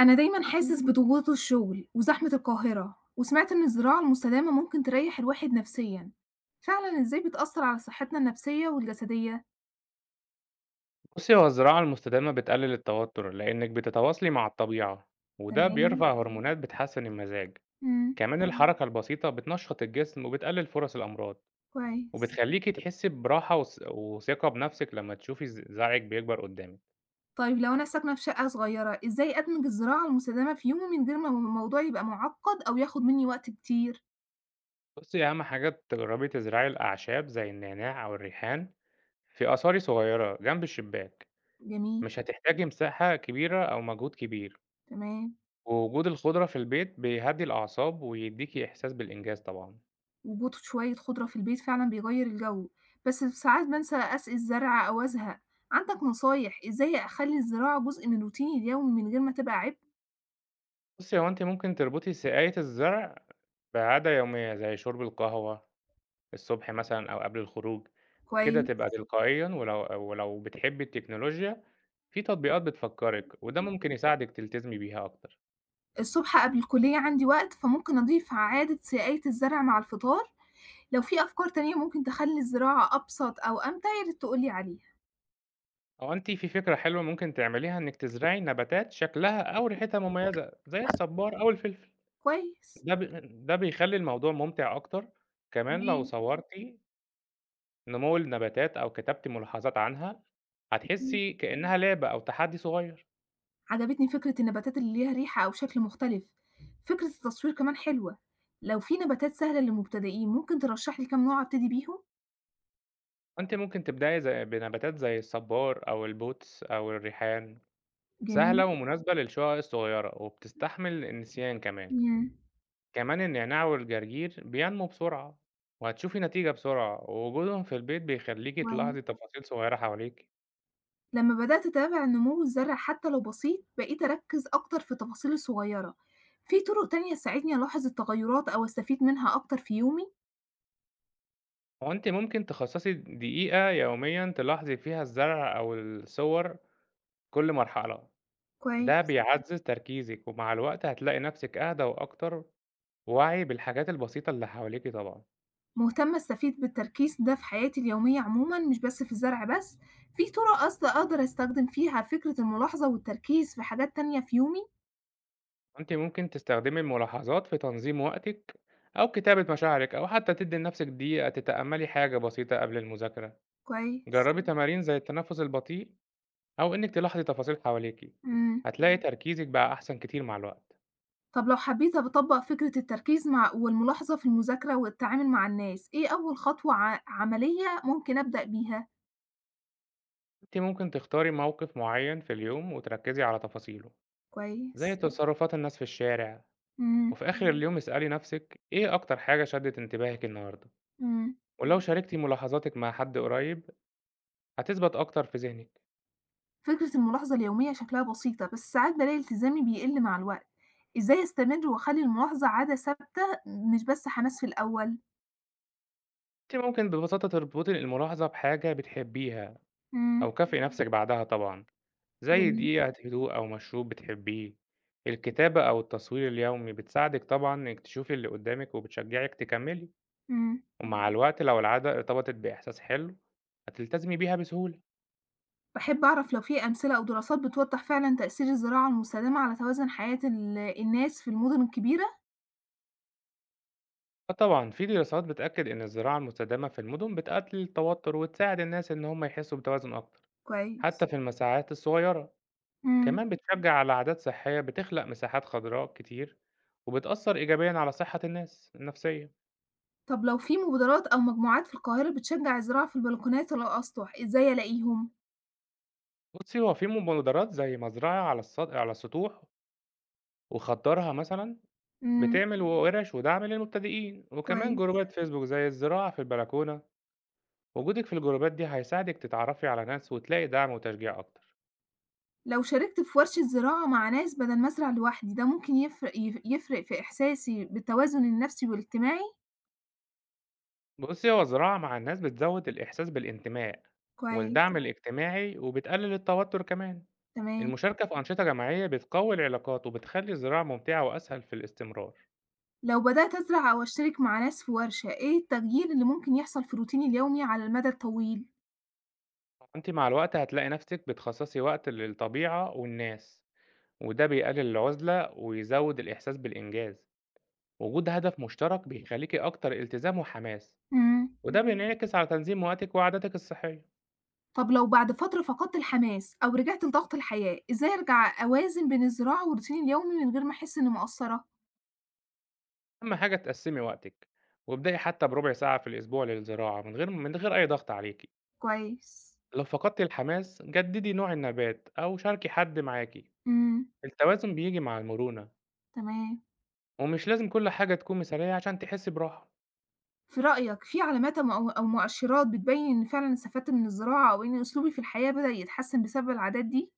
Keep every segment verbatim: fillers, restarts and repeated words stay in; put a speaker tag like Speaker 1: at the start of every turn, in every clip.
Speaker 1: أنا دايمًا حاسس بضغوط الشغل وزحمة القاهرة، وسمعت إن الزراعة المستدامة ممكن تريح الواحد نفسيًا، فعلًا إزاي بتأثر على صحتنا النفسية والجسدية؟
Speaker 2: بُصّي، هو الزراعة المستدامة بتقلل التوتر، لإنِّك بتتواصلي مع الطبيعة، وده
Speaker 1: تمام.
Speaker 2: بيرفع هرمونات بتحسّن المزاج،
Speaker 1: إمم.
Speaker 2: كمان إمم. الحركة البسيطة بتنشّط الجسم وبتقلل فرص الأمراض،
Speaker 1: كويس.
Speaker 2: وبتخلّيكِ تحسّي براحة وث وثقة بنفسِك لمّا تشوفي ز زرعِك بيكبر قدّامِك.
Speaker 1: طيب لو أنا ساكنة في شقة صغيرة، إزاي أدمج الزراعة المستدامة في يومي من غير ما الموضوع يبقى معقد أو ياخد مني وقت كتير؟
Speaker 2: بُصّي، أهم حاجة تجرّبي تزرعي الأعشاب زي النعناع أو الريحان في أصاري صغيّرة جنب الشباك،
Speaker 1: جميل.
Speaker 2: مش هتحتاجي مساحة كبيرة أو مجهود كبير،
Speaker 1: تمام.
Speaker 2: ووجود الخضرة في البيت بيهدّي الأعصاب ويدّيكِ إحساس بالإنجاز طبعًا.
Speaker 1: وجود شوية خضرة في البيت فعلًا بيغيّر الجو، بس ساعات بانسى أسقي الزرع أو أزهق، عندك نصايح إزاي أخلّي الزراعة جزء من روتيني اليومي من غير ما تبقى عبء؟
Speaker 2: بُصّي، هو أنتِ ممكن تربطي سقاية الزرع بعادة يومية، زي شرب القهوة الصبح مثلًا أو قبل الخروج، كده
Speaker 1: كويس.
Speaker 2: تبقى تلقائيًا ولو ولو بتحبي التكنولوجيا، في تطبيقات بتفكّرِك، وده ممكن يساعدِك تلتزمي بيها أكتر.
Speaker 1: الصبح قبل الكلية عندي وقت فممكن أضيف عادة سقاية الزرع مع الفطار، لو في أفكار تانية ممكن تخلّي الزراعة أبسط أو أمتع يا ريت تقول لي عليها.
Speaker 2: أو أنتِ في فكرة حلوة ممكن تعمليها إنِّك تزرعي نباتات شكلها أو ريحتها مميزة، زي الصبار أو الفلفل،
Speaker 1: كويس.
Speaker 2: ده ب ده بيخلّي الموضوع ممتع أكتر، كمان لو
Speaker 1: تمام.
Speaker 2: صورتِ نمو النباتات أو كتبتِ ملاحظات عنها،
Speaker 1: إمم.
Speaker 2: هتحسّي كإنها لعبة أو تحدي صغير.
Speaker 1: عجبتني فكرة النباتات اللي ليها ريحة أو شكل مختلف، فكرة التصوير كمان حلوة، لو في نباتات سهلة للمبتدئين ممكن ترشح لي كام نوع أبتدي بيهم؟
Speaker 2: أنتِ ممكن تبدأي زي بنباتات زي الصبار أو البوتس أو الريحان، سهلة
Speaker 1: جميل.
Speaker 2: إمم. ومناسبة للشقق الصغيرة وبتستحمل النسيان كمان،
Speaker 1: إمم.
Speaker 2: كمان النعناع والجرجير بينمو بسرعة وهتشوفي نتيجة بسرعة، ووجودهم في البيت بيخلّيكِ تلاحظي
Speaker 1: كويس.
Speaker 2: إمم. تفاصيل صغيرة حواليكِ،
Speaker 1: لمّا بدأت أتابع النمو الزرع حتى لو بسيط، بقيت أركّز أكتر في التفاصيل الصغيرة. في طرق تانية تساعدني ألاحظ التغيرات أو أستفيد منها أكتر في يومي؟
Speaker 2: وأنتِ ممكن تخصصي دقيقة يوميًا تلاحظي فيها الزرع أو الصور كل مرحلة، ده إمم.
Speaker 1: كويس.
Speaker 2: بيعزز تركيزِك ومع الوقت هتلاقي نفسِك أهدى وأكتر وعي بالحاجات البسيطة اللي حواليكِ طبعًا.
Speaker 1: مهتمة أستفيد بالتركيز ده في حياتي اليومية عمومًا، مش بس في الزرع بس. في طرق أصل أقدر أستخدم فيها فكرة الملاحظة والتركيز في حاجات تانية في يومي؟
Speaker 2: أنتِ ممكن تستخدمي الملاحظات في تنظيم وقتِك أو كتابة مشاعرك أو حتى تدّي لنفسِك دقيقة تتأملي حاجة بسيطة قبل المذاكرة. جرّبي
Speaker 1: كويس.
Speaker 2: إمم. تمارين زي التنفس البطيء أو إنِّك تلاحظي تفاصيل حواليكِ،
Speaker 1: إمم.
Speaker 2: هتلاقي إمم. تركيزِك بقى أحسن كتير مع الوقت.
Speaker 1: طب لو حبيت أطبّق فكرة التركيز مع والملاحظة في المذاكرة والتعامل مع الناس، إيه أول خطوة ع عملية ممكن أبدأ بيها؟
Speaker 2: أنتِ ممكن تختاري موقف معيّن في اليوم وتركّزي على تفاصيله، زي إمم.
Speaker 1: كويس.
Speaker 2: تصرفات الناس في الشارع،
Speaker 1: إمم.
Speaker 2: وفي آخر إمم. اليوم اسألي نفسِك إيه أكتر حاجة شدِّت انتباهِك النهارده،
Speaker 1: إمم.
Speaker 2: ولو إمم. شاركتِ ملاحظاتِك مع حد قريب هتثبت أكتر في ذهنِك.
Speaker 1: فكرة الملاحظة اليومية شكلها بسيطة، بس ساعات بالاقي التزامي بيقل مع الوقت. إزاي أستمر وأخلّي الملاحظة عادة ثابتة مش بس حماس في الأول؟
Speaker 2: أنتِ ممكن ببساطة تربطي الملاحظة بحاجة بتحبيها أو
Speaker 1: إمم.
Speaker 2: كافئي نفسِك بعدها طبعًا، زي
Speaker 1: جميل.
Speaker 2: دقيقة هدوء أو مشروب بتحبيه. الكتابة أو التصوير اليومي بتساعدِك طبعًا إنِّك تشوفي اللي قدّامِك وبتشجعِك تكمّلي،
Speaker 1: إمم.
Speaker 2: ومع الوقت لو العادة ارتبطت بإحساس حلو هتلتزمي بيها بسهولة.
Speaker 1: باحب أعرف لو في أمثلة أو دراسات بتوضّح فعلًا تأثير الزراعة المستدامة على توازن حياة ال الناس في المدن الكبيرة؟
Speaker 2: آه طبعًا، في دراسات بتأكد إن الزراعة المستدامة في المدن بتقلل التوتر وتساعد الناس إن هم يحسّوا بتوازن أكتر، حتى
Speaker 1: كويس.
Speaker 2: في المساحات الصغيرة.
Speaker 1: إمم.
Speaker 2: كمان بتشجّع على عادات صحية بتخلق مساحات خضراء كتير، وبتأثّر إيجابيًا على صحة الناس النفسية.
Speaker 1: طب لو في مبادرات أو مجموعات في القاهرة بتشجع الزراعة في البلكونات ولا الأسطح، إزاي ألاقيهم؟
Speaker 2: بُصّي، هو في مبادرات زي مزرعة على الس على السطوح وخضّرها مثلًا،
Speaker 1: إمم.
Speaker 2: بتعمل وِرَش ودعم للمبتدئين، وكمان
Speaker 1: كويس.
Speaker 2: جروبات فيسبوك زي الزراعة في البلكونة. وجودِك في الجروبات دي هيساعدِك تتعرّفي على ناس وتلاقي دعم وتشجيع أكتر.
Speaker 1: لو شاركت في ورشة زراعة مع ناس بدل ما أزرع لوحدي، ده ممكن يفرق يف يفرق في إحساسي بالتوازن النفسي والاجتماعي؟
Speaker 2: بُصّي، هو الزراعة مع الناس بتزوّد الإحساس بالانتماء
Speaker 1: كويس.
Speaker 2: والدعم الاجتماعي وبتقلل التوتر كمان.
Speaker 1: تمام.
Speaker 2: المشاركة في أنشطة جماعية بتقوي العلاقات وبتخلي الزراعة ممتعة وأسهل في الاستمرار.
Speaker 1: لو بدأت أزرع أو أشترك مع ناس في ورشة، إيه التغيير اللي ممكن يحصل في روتيني اليومي على المدى الطويل؟
Speaker 2: أنت مع الوقت هتلاقي نفسك بتخصصي وقت للطبيعة والناس وده بيقلل العزلة ويزود الإحساس بالإنجاز. وجود هدف مشترك بيخليكي أكتر التزام وحماس،
Speaker 1: إمم.
Speaker 2: وده مم. بينعكس على تنظيم وقتك وعاداتك الصحية.
Speaker 1: طب لو بعد فترة فقدت الحماس أو رجعت لضغط الحياة، إزاي أرجع أوازن بين الزراعة وروتيني اليومي من غير ما أحس إني مقصرة؟
Speaker 2: أهم حاجة تقسمي وقتك وابدأي حتى بربع ساعة في الأسبوع للزراعة من غير من غير أي ضغط عليكي.
Speaker 1: كويس.
Speaker 2: لو فقدتي الحماس جددي نوع النبات أو شاركي حد معاكي،
Speaker 1: إمم.
Speaker 2: التوازن بيجي مع المرونة
Speaker 1: تمام.
Speaker 2: ومش لازم كل حاجة تكون مثالية عشان تحسّي براحة.
Speaker 1: في رأيك في علامات أو م أو مؤشرات بتبيّن إن فعلًا استفدت من الزراعة أو إن أسلوبي في الحياة بدأ يتحسن بسبب العادات دي؟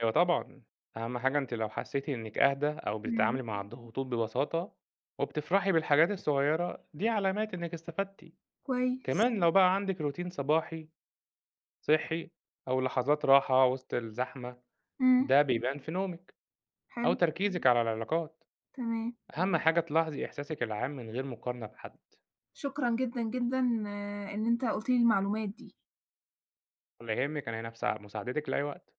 Speaker 2: أيوه طبعًا، أهم حاجة أنتِ لو حسّيتِ إنِّك أهدى أو بتتعاملي
Speaker 1: إمم.
Speaker 2: مع الضغوطات ببساطة وبتفرحي بالحاجات الصغيّرة، دي علامات إنِّك استفدتِ.
Speaker 1: كويس.
Speaker 2: كمان لو بقى عندِك روتين صباحي صحّي أو لحظات راحة وسط الزحمة،
Speaker 1: إمم.
Speaker 2: ده بيبان في نومِك أو
Speaker 1: حلو.
Speaker 2: تركيزِك على العلاقات.
Speaker 1: تمام.
Speaker 2: أهم حاجة تلاحظي إحساسِك العام من غير مقارنة بحد،
Speaker 1: شكرًا جدًا، جدًا آه، إن أنت قُلت لي المعلومات دي.
Speaker 2: ولا يهمِّك أنا هنا في سع مساعدتِك لأي وقت.